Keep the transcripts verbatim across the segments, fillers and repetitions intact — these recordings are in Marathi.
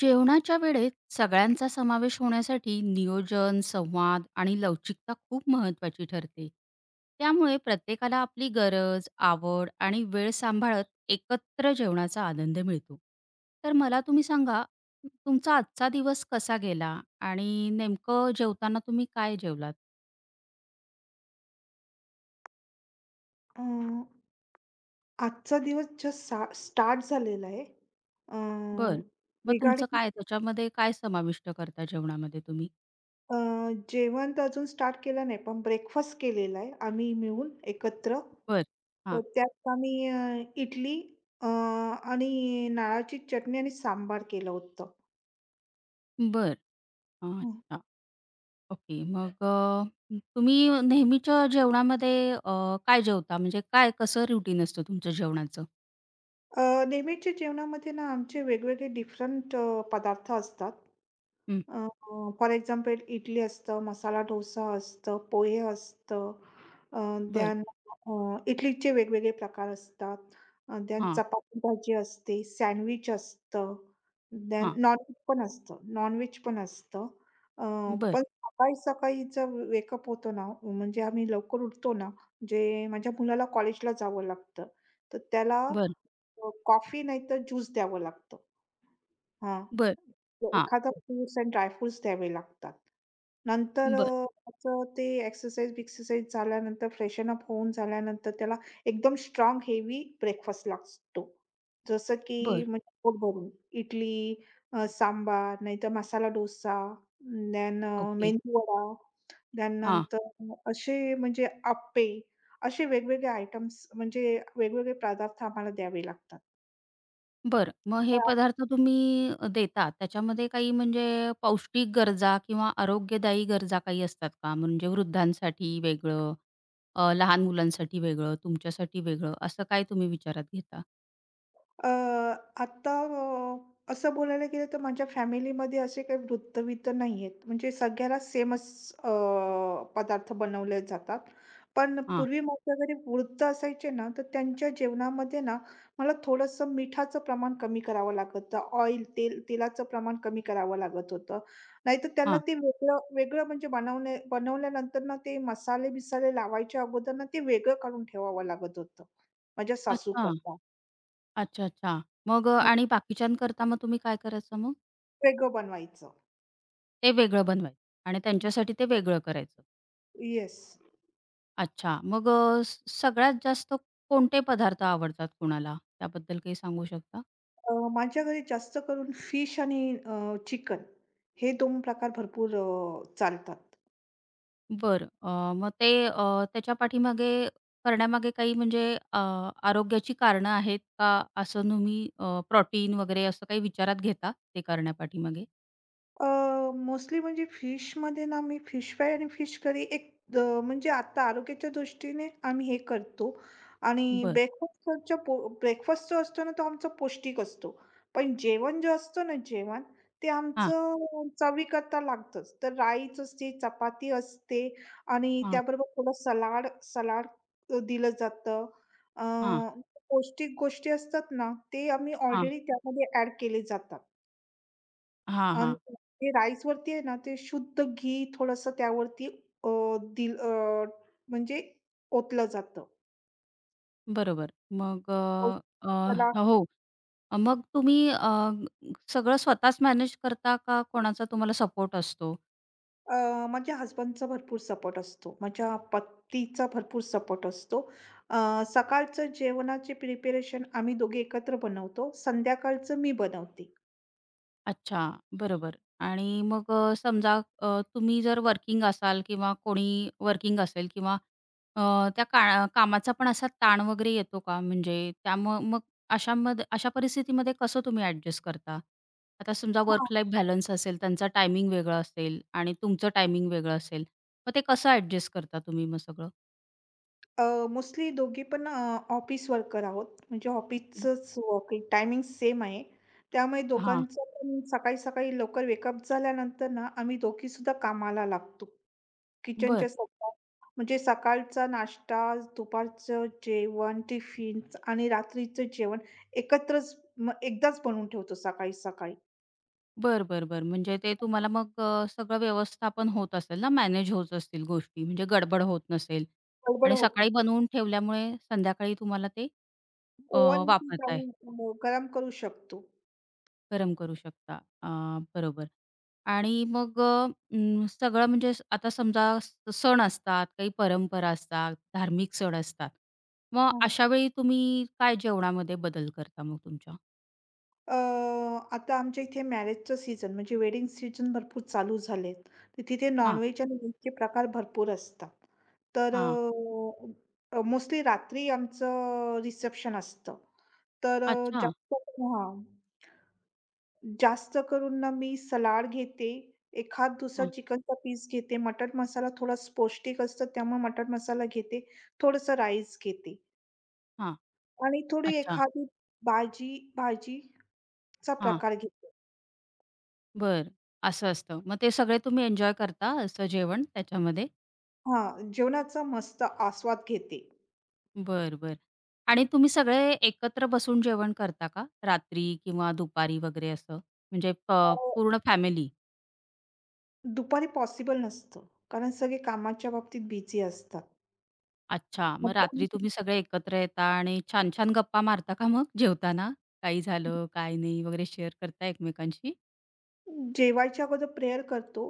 जेवणाच्या वेळेत सगळ्यांचा समावेश होण्यासाठी नियोजन, संवाद आणि लवचिकता खूप महत्वाची ठरते. त्यामुळे प्रत्येकाला आपली गरज, आवड आणि वेळ सांभाळत एकत्र जेवणाचा आनंद मिळतो. तर मला तुम्ही सांगा, तुमचा आजचा दिवस कसा गेला आणि नेमकं जेवताना तुम्ही काय जेवलात? अ, आजचा दिवस जस्ट सा स्टार्ट झालेला आहे. अ, बरं. मग तुमचं रिगार्डिंग काय त्याच्यामध्ये काय समाविष्ट करता जेवणामध्ये तुम्ही? अ, जेवण तर अजून स्टार्ट केलं नाही, पण ब्रेकफास्ट केलेला आहे आम्ही मिळून एकत्र. बरं. तर हां. त्यात आम्ही अ, इडली अ, आणि नारळाची चटणी आणि सांबार केलं होतं. बरं. अच्छा. ओके. मग अ, तुम्ही नेहमीच्या जेवणामध्ये अ, काय जेवता? म्हणजे काय कसं रुटीन असतं तुमचं जेवणाचं? अ, नेहमीच्या जेवणामध्ये ना आमचे वेगवेगळे डिफरंट अ, पदार्थ असतात. हं. अ, फॉर एक्झाम्पल इडली असतं, मसाला डोसा असतं, पोहे असतं. अ, बरं. इडलीचे वेगवेगळे प्रकार असतात. अ, हां, चपाती भाजी असते, सँडविच असतं, देन हां. नॉनव्हेज पण असतं, नॉनव्हेज पण असतं. अ, बरं, पण सकाळी-सकाळी जर वेकअप होतो ना, म्हणजे आम्ही लवकर उठतो ना, म्हणजे माझ्या मुलाला कॉलेजला जावं लागतं. तर त्याला बरं, अ, कॉफी नाहीतर ज्यूस द्यावं लागतं. हां. बरं. तो हां. एखादा फ्रुट्स अँड ड्राय फ्रुट्स द्यावे लागतात. नंतर बरं, अ, त्याचं ते एक्सरसाइज-बिक्सरसाइज झाल्यानंतर फ्रेशन अप होऊन झाल्यानंतर त्याला एकदम स्ट्राँग हेवी ब्रेकफास्ट लागतो. जसं की बरं. म्हणजे पोट भरून इडली, अ, सांबार नाहीतर मसाला डोसा, देन ओके. मेंदू वडा, देन हां. असे म्हणजे अप्पे, असे वेगवेगळे आयटम्स म्हणजे वेगवेगळे पदार्थ आम्हाला द्यावे लागतात. बरं. मग हे पदार्थ तुम्ही अ, देता त्याच्यामध्ये काही म्हणजे पौष्टिक गरजा किंवा आरोग्यदायी गरजा काही असतात का? म्हणजे वृद्धांसाठी वेगळं, अ, लहान मुलांसाठी वेगळं, तुमच्यासाठी वेगळं असं काय तुम्ही विचारात घेता? अ, आता अ, असं बोलायला गेलं तर माझ्या फॅमिलीमध्ये असे काही वृत्तवित्त नाही आहेत म्हणजे सगळ्याला सेमच अ, पदार्थ बनवले जातात. पण हां, पूर्वी माझ्या घरी वृत्त असायचे ना, तर त्यांच्या जेवणामध्ये ना मला थोडंसं मिठाचं प्रमाण कमी करावं लागत होतं. ऑइल, तेल तेलाचं प्रमाण कमी करावं लागत होतं. नाहीतर त्यांना हां. ते वेगळं वेगळं म्हणजे बनवणे बनवल्यानंतर ना ते मसाले-बिसाले लावायच्या अगोदर ना ते वेगळं काढून ठेवावं लागत होतं. माझ्या अच्छा. सासूकरता. अच्छा, अच्छा. मग अ, आणि बाकीच्यांकरता मग तुम्ही काय करायचं मग? वेगळं बनवायचं. ते वेगळं बनवायचं आणि त्यांच्यासाठी ते वेगळं करायचं. येस. अच्छा. मग अ, स सगळ्यात जास्त कोणते पदार्थ आवडतात कुणाला? त्याबद्दल काही सांगू शकता? अ, माझ्या घरी जास्त करून फिश आणि चिकन हे दोन प्रकार भरपूर अ, चालतात. बरं. अ, मग ते अ, त्याच्या पाठीमागे करण्यामागे काही म्हणजे अ, आरोग्याची कारणं आहेत का? असं तुम्ही अ, प्रोटीन वगैरे असं काही विचारात घेता ते करण्यापाठीमागे? अ, मोस्टली म्हणजे फिशमध्ये ना मी फिश फ्राय आणि फिश करी एक अ, म्हणजे आता आरोग्याच्या दृष्टीने आम्ही हे करतो आणि बरं. ब्रेकफास्टच्या पो ब्रेकफास्ट जो असतो ना तो आमचा पौष्टिक असतो. पण जेवण जे असतं ना जेवण ते हां, आमचं चवीकरता लागतंच. तर राईच असते, चपाती असते आणि हां, त्याबरोबर थोडं सलाड सलाड दिलं जातं. अ, हां, पौष्टिक गोष्टी असतात ना ते आम्ही हां, ऑलरेडी त्यामध्ये ॲड केले जातात. हां, हां. आणि ते राईसवरती आहे ना, ते शुद्ध घी थोडंसं त्यावरती अ, दिल अ, म्हणजे ओतलं जातं. बरोबर. मग मग अ, त्याला अ, हो. अ, मग तुम्ही अ, सगळं स्वतःच मॅनेज करता का कोणाचा तुम्हाला सपोर्ट असतो? अ, माझ्या हसबंडचा भरपूर सपोर्ट असतो. माझ्या पतीचा भरपूर सपोर्ट असतो. अ, सकाळचं जेवणाचे प्रिपरेशन आम्ही दोघे एकत्र बनवतो. संध्याकाळचं मी बनवते. अच्छा, बरोबर. आणि मग अ, समजा अ, तुम्ही जर वर्किंग असाल किंवा कोणी वर्किंग असेल किंवा अ, त्या का कामाचा पण असा ताण वगैरे येतो का? म्हणजे त्यामुळं मग अशामध्ये अशा परिस्थितीमध्ये कसं तुम्ही ॲडजस्ट करता? आता समजा वर्क लाईफ बॅलन्स असेल, त्यांचा टायमिंग वेगळं असेल आणि तुमचं टायमिंग वेगळं असेल. मग ते कसं ॲडजस्ट करता तुम्ही मग सगळं? अ, मोस्टली दोघी पण अ, ऑफिस वर्कर आहोत. म्हणजे ऑफिसचंच टायमिंग सेम आहे. त्यामुळे हां, दोघांचं पण सकाळी-सकाळी लवकर वेकअप झाल्यानंतर ना, आम्ही दोघीसुद्धा कामाला लागतो. बरं. किचनच्या सगळ्या म्हणजे सकाळचा नाश्ता, दुपारचं जेवण, टिफिन्स आणि रात्रीचं जेवण एकत्रच मग एकदाच बनवून ठेवतो सकाळी-सकाळी. तुमाला, मग सगला वयवस्थापन होता सेल, ना मैनेज होता सेल, गोष्टी, म्हणजे गडबड होत नसेल, गडबड आणि होत सकाळी नाही. बनवून ठेवल्यामुळे संध्याकाळी तुम्हाला ते अ, वापरताय, ओव्हनमध्ये गरम करू शकतो. गरम करू शकता. अ, बरोबर. आणि मग सगड़बड होता सेल. आनि सअगड़ी बनूं थेवल्या, मुले संधयाकड़ी तुमाला थे वापन आता है, करम करूशक्ता, बरुबर. आनि मग सगला मग सविल्वा अता समझा सवन � अ, आता आमच्या इथे मॅरेजचं सीजन, म्हणजे वेडिंग सीजन भरपूर चालू झालेत. तर तिथे नॉन-व्हेज आणि व्हेजचे प्रकार भरपूर असतात. तर अ, मोस्टली रात्री आमचं रिसेप्शन असतं. तर अ, जास्त हां. जास्त करून ना मी सलाड घेते. एखाद दुसरा चिकनचा पीस घेते. मटण मसाला थोड़ा पौष्टिक असतो त्यामुळे मटण मसाला घेते. थोडंसं राईस घेते आणि थोडी एखादी भाजी भाजीचा प्रकार घेते. बरं. असं असतं. मग ते सगळे तुम्ही एन्जॉय करता असं जेवण त्याच्यामध्ये? हां, जेवणाचा मस्त आस्वाद घेते. बरं, बरं. आणि तुम्ही सगळे एकत्र बसून जेवण करता का? रात्री किंवा दुपारी वगैरे असं? म्हणजे प अ, पूर्ण फॅमिली? दुपारी पॉसिबल नसतं, कारण सगळे कामाच्या बाबतीत बिझी असतात. अच्छा. मग मग आपण रात्री तुम्ही सगळे एकत्र येता आणि छान-छान गप्पा मारता का मग जेवताना? काही झालं, काय नाही वगैरे शेअर करता एकमेकांशी? जेवायच्या अगोदर प्रेयर करतो.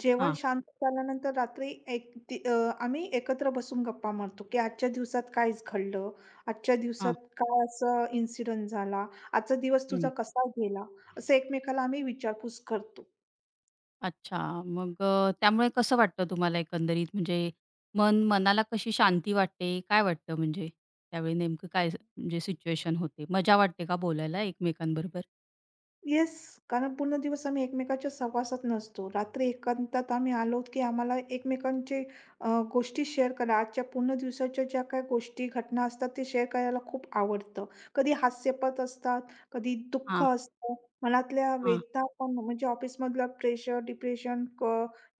जेवण हां, शांत झाल्यानंतर रात्री एक ती अ, आम्ही एकत्र बसून गप्पा मारतो, की आजच्या दिवसात काय घडलं? आजच्या हां. दिवसात काय असं इन्सिडंट झाला? आजचा दिवस तुझा कसा गेला? असं एकमेकाला आम्ही विचारपूस करतो. अच्छा. मग अ, त्यामुळे कसं वाटतं तुम्हाला एकंदरीत? म्हणजे मन मनाला कशी शांती वाटते? काय वाटतं म्हणजे त्यावेळी नेमकं काय स- म्हणजे सिच्युएशन होते? मजा वाटते का बोलायला एकमेकांबरोबर? येस. कारण पूर्ण दिवस आम्ही एकमेकांच्या सहवासात नसतो. रात्री एकांतात आम्ही आलोत, की आम्हाला एकमेकांचे अ, गोष्टी शेअर करा. आजच्या पूर्ण दिवसाच्या ज्या काही गोष्टी, घटना असतात, ते शेअर करायला खूप आवडतं. कधी हास्यपद असतात, कधी दुःख हां, असतं, मनातल्या हां. वेदना पण म्हणजे ऑफिसमधलं प्रेशर, डिप्रेशन,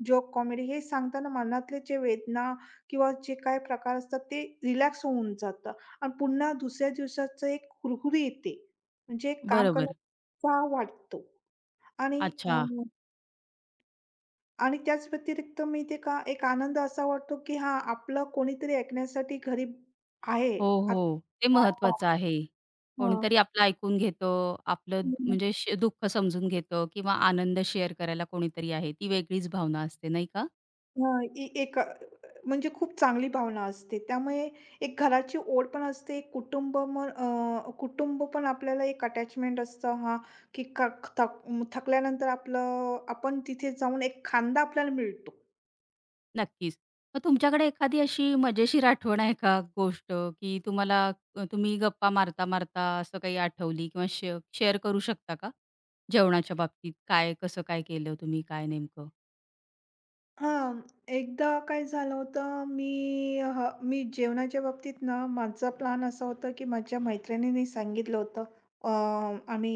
जोक, कॉमेडी हे सांगताना मनातले जे वेदना किंवा जे काही प्रकार असतात, ते रिलॅक्स होऊन जातं आणि पुन्हा दुसऱ्या दिवसाचं एक हुरहुरी येते. म्हणजे काम करणं बरोबर. उत्साह वाटतो आणि अ, अच्छा. आणि त्याच व्यतिरिक्त मी ते का एक आनंद असा वाटतो, की हां, आपलं कोणीतरी ऐकण्यासाठी घरी आहे. हो, आता हो. ते वाट पाहत महत्वाचं आहे. हां. कोणीतरी आपलं ऐकून घेतं, आपलं हं, म्हणजे श दुःख समजून घेतं किंवा आनंद शेअर करायला कोणीतरी आहे. ती वेगळीच भावना असते, नाही का? हां. ए एक अ, म्हणजे खूप चांगली भावना असते. त्यामुळे एक घराची ओढ पण असते, एक कुटुंब मग अ, कुटुंब पण आपल्याला एक अटॅचमेंट असतं हां, की क थक थकल्यानंतर आपलं आपण तिथे जाऊन एक खांदा आपल्याला मिळतो. नक्कीच. मग तुमच्याकडे एखादी अशी मजेशीर आठवण आहे का गोष्ट, की तुम्हाला अ, तुम्ही गप्पा मारता-मारता असं काही आठवली किंवा शे शेअर करू शकता का? जेवणाच्या बाबतीत काय, कसं काय केलं तुम्ही, काय नेमकं? हां, एकदा काय झालं होतं, मी ह मी जेवणाच्या बाबतीत ना, माझा प्लॅन असा होता, की माझ्या मैत्रिणीने सांगितलं होतं. अ, आम्ही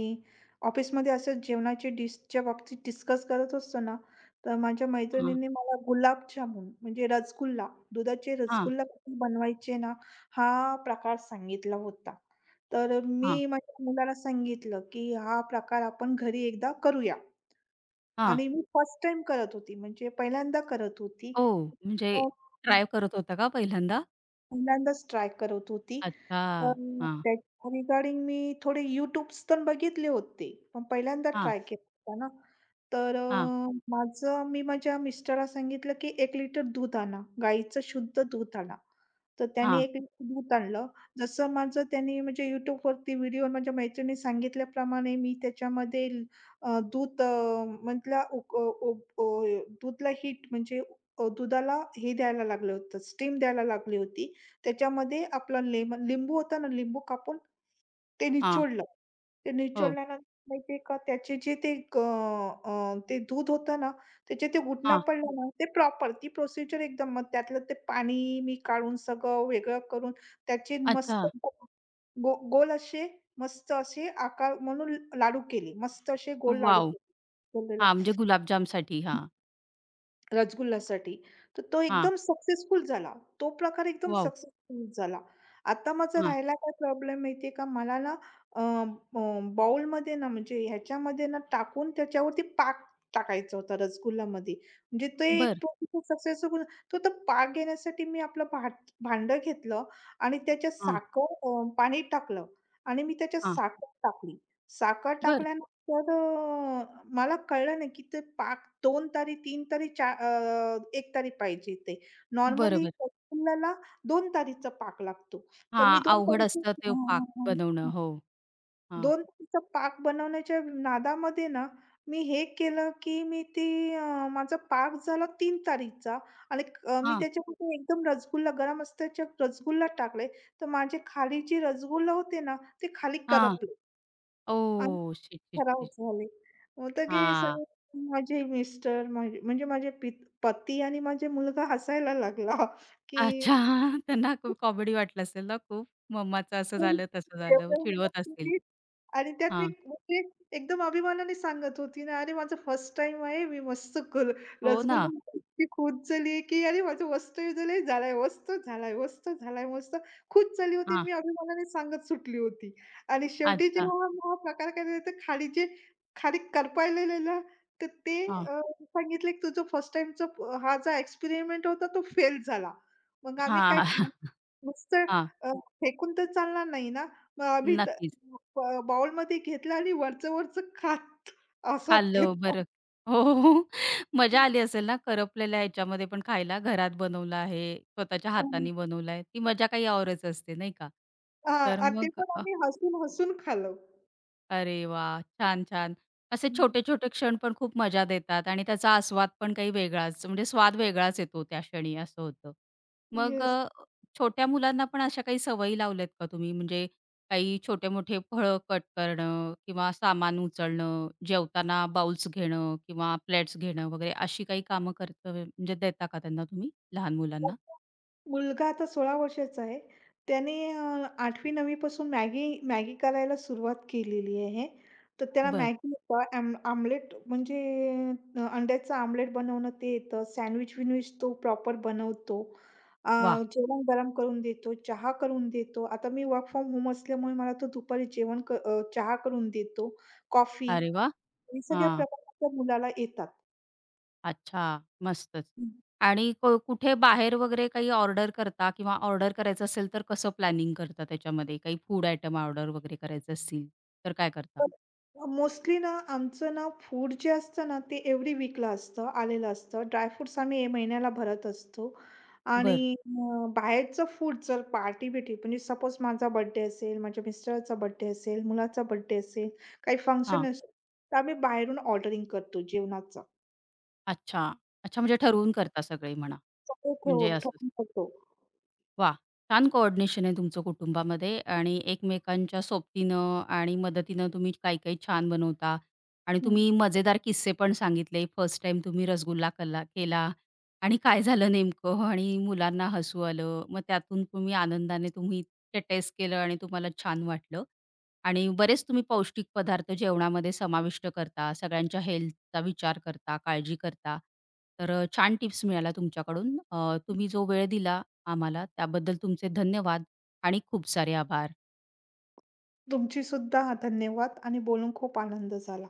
ऑफिसमध्ये असं जेवणाची डिशच्या बाबतीत डिस्कस करत असतो ना, तर माझ्या हां. मैत्रिणींनी मला गुलाबजामुन म्हणजे रसगुल्ला, दुधाचे हां, रसगुल्ला कसे बनवायचे ना, हा प्रकार सांगितला होता. तर मी हां, माझ्या मुलाला सांगितलं, की हा प्रकार आपण घरी एकदा करूया. हां. आणि मी फर्स्ट टाईम करत होती, म्हणजे पहिल्यांदा करत होती. ओह! म्हणजे अ, ट्राय करत होता का पहिल्यांदा? पहिल्यांदाच ट्राय करत होती. अच्छा. तर हां, त्याच्या रिगार्डिंग मी थोडे YouTubes पण बघितले होते, पण पहिल्यांदा हां, ट्राय केला होता ना. तर हां, अ, माझं मी माझ्या मिस्टरला सांगितलं, की एक लिटर दूध आणा. गाईचं शुद्ध दूध आणा. तर त्याने हां, एक लिटर दूध आणलं. जसं माझं त्याने म्हणजे YouTubeवरती व्हिडिओ माझ्या मैत्रिणीने सांगितल्याप्रमाणे मी त्याच्यामध्ये ल- अ, दूध अ, मधला उक अ, उब अ, दूधला हीट म्हणजे अ, दुधाला हे द्यायला लागलं होतं, स्टीम द्यायला लागली होती. त्याच्यामध्ये आपलं लेमन लिंबू होता ना, लिंबू कापून ते हां. निचोडलं. ते हो. निचोडल्यानंतर माहिती आहे का त्याचे जे ते क अ, ते दूध होतं ना, त्याचे ते घुटणा हां. पडला ना, ते प्रॉपर ती प्रोसिजर एकदम मग त्यातलं ते पाणी मी काढून सगळं वेगळं करून त्याचे मस्त अच्छा. गो गो- गोल असे मस्त असे आकार म्हणून लाडू केले. मस्त असे गोल लाडू वॉव! केले. हां, म्हणजे गुलाबजामसाठी. हां, रसगुल्लासाठी. तर तो हां. एकदम सक्सेसफुल झाला. तो प्रकार एकदम वॉव! सक्सेसफुल झाला. आता माझा हां. राहिला काय प्रॉब्लेम माहिती का? मला ना बाउलमध्ये ना म्हणजे ह्याच्यामध्ये ना टाकून त्याच्यावरती पाक टाकायचा होता रसगुल्लामध्ये. म्हणजे ते बरं. एक सक्सेसफुल तो तर पाक घेण्यासाठी मी आपलं भाट भांडं घेतलं आणि त्याच्यात हां, साखर, अ, पाणी टाकलं आणि मी त्याच्यात हां. साखर टाकली. साखर बरं. टाकल्यानं तर अ, मला कळलं नाही, की ते पाक दोन तारी, तीन तारी, चा अ, एक तारी पाहिजे ते. नॉर्मली बरोबर. रसगुल्ल्याला दोन तारीचा पाक लागतो. तर मी हां, दोन अवघड बरोबर. असतं तारीचं ते हां, पाक हां, बनवणं. हां. हो. हां, दोन तारीचा पाक बनवण्याच्या नादामध्ये ना, मी हे केलं, की मी ती अ, माझा पाक झाला तीन तारीचा आणि अ, मी हां, त्याच्यामध्ये एकदम रसगुल्ला गरम असल्याच्या रसगुल्ला टाकले, तर माझे खाली जे रसगुल्ला होते ना, ते खाली हां. करपले. ओह! शिट, शिट, खराब शिट. झाले. मग तर हे हां. सगळे माझे मिस्टर माझे म्हणजे माझे पित पती आणि माझे मुलगा हसायला लागला, की अच्छा. त्यांना खूप कॉमेडी वाटलं असेल ना खूप? मम्माचं असं "तू झालं, तसं झालं. एवढं मेहनत चिडवत असतील. केली, आणि त्यात मी हां. म्हणजे एकदम अभिमानाने सांगत होती ना, "अरे माझं फर्स्ट टाईम आहे, मी मस्त कर हो रसगुल्ला ना. मला इतकी खुश झाली, की अरे माझं मस्त झालंय, झालाय मस्त, झालाय मस्त, झालाय मस्त." खुश झाली होती आणि हां. मी अभिमानाने सांगत सुटली होती. आणि शेवटी अच्छा. जेव्हा मग हा प्रकार करायला तर खाली जे खाली करपाळलेलं तर ते हां. अ, सांगितले, की "तुझं फर्स्ट टाईमचा हा जो एक्सपेरिमेंट होता तो फेल झाला." मग आम्ही काय हां. नुसतं हां. अ, फेकून तर चालणार नाही ना. मग आम्ही तर नक्कीच. ब बाउलमध्ये घेतलं आणि वरचं-वरचं खात असत खाल्लं घेतलं. बरं. हो, हो, हो. मजा आली असेल ना करपलेल्या ह्याच्यामध्ये पण खायला? घरात बनवलं आहे, स्वतःच्या अ, हाताने बनवलं आहे. ती मजा काही औरच असते नाही का? हां तर आणि ते मग पण अ आम्ही हसून-हसून खाल्लं. अरे वाह! छान, छान. असे छोटे-छोटे क्षण पण खूप मजा देतात आणि त्याचा आस्वाद पण काही वेगळाच म्हणजे स्वाद वेगळाच येतो त्या क्षणी असं होतं. मग येस. अ, छोट्या मुलांना पण अशा काही सवयी लावल्यात का तुम्ही? म्हणजे काही छोटे-मोठे फळं कट करणं किंवा सामान उचलणं, जेवताना बाउल्स घेणं किंवा प्लेट्स घेणं वगैरे अशी काही कामं करत म्हणजे देता का त्यांना तुम्ही लहान मुलांना? मुलगा आता सोळा वर्षाचा आहे. त्याने अ, आठवी-नववी पासून मॅगी मॅगी करायला सुरुवात केलेली आहे. तर त्याला बरं. मॅगी येतं, आम आमलेट म्हणजे अ, अंड्याचं आमलेट बनवणं ते येतं. सँडविच-विनविच तो प्रॉपर बनवतो. अ, वाह! जेवण गरम करून देतो, चहा करून देतो. आता मी वर्क फ्रॉम होम असल्यामुळे मला तो दुपारी जेवण क अ, चहा करून देतो, कॉफी अरे वाह! हे सगळ्या हां. प्रकार त्या मुलाला येतात. अच्छा, मस्तच. आणि क कुठे बाहेर वगैरे काही ऑर्डर करता किंवा ऑर्डर करायचं असेल तर कसं प्लॅनिंग करता त्याच्यामध्ये? काही फूड आयटम ऑर्डर वगैरे करायचे असतील तर काय करता? मोस्टली ना, आमचं ना फूड जे असतं ना, ते एव्हरी वीकला असतं, आलेलं असतं. ड्राय फ्रुट्स आम्ही ए महिन्याला भरत असतो. आणि बरं. अ, बाहेरचं फूड जर पार्टी-बिर्टी म्हणजे सपोज माझा बर्थडे असेल, माझ्या मिस्टराचा बर्थडे असेल, मुलाचा बर्थडे असेल, काही फंक्शन हां. असेल, तर आम्ही बाहेरून ऑर्डरिंग करतो जेवणाचं. अच्छा. अच्छा म्हणजे ठरवून करता सगळे म्हणा. सगळं म्हणजे ठेवून असं ठेवून करतो. वाह! छान कोऑर्डिनेशन आहे तुमचं कुटुंबामध्ये आणि एकमेकांच्या सोबतीनं आणि मदतीनं तुम्ही काही-काही छान बनवता आणि हं. तुम्ही मजेदार किस्से पण सांगितले. फर्स्ट टाइम तुम्ही रसगुल्ला कला केला आणि काय झालं नेमकं आणि मुलांना हसू आलं. मग त्यातून तुम्ही आनंदाने तुम्ही ते टेस्ट केलं आणि तुम्हाला छान वाटलं आणि बरेच तुम्ही पौष्टिक पदार्थ जेवणामध्ये समाविष्ट करता. सगळ्यांच्या हेल्थचा विचार करता, काळजी करता. तर अ, छान टिप्स मिळाल्या तुमच्याकडून. अ, तुम्ही जो वेळ दिला आम्हाला. त्याबद्दल तुमचे धन्यवाद आणि खूप सारे आभार. तुमची सुद्धा धन्यवाद आणि बोलून खूप आनंद झाला.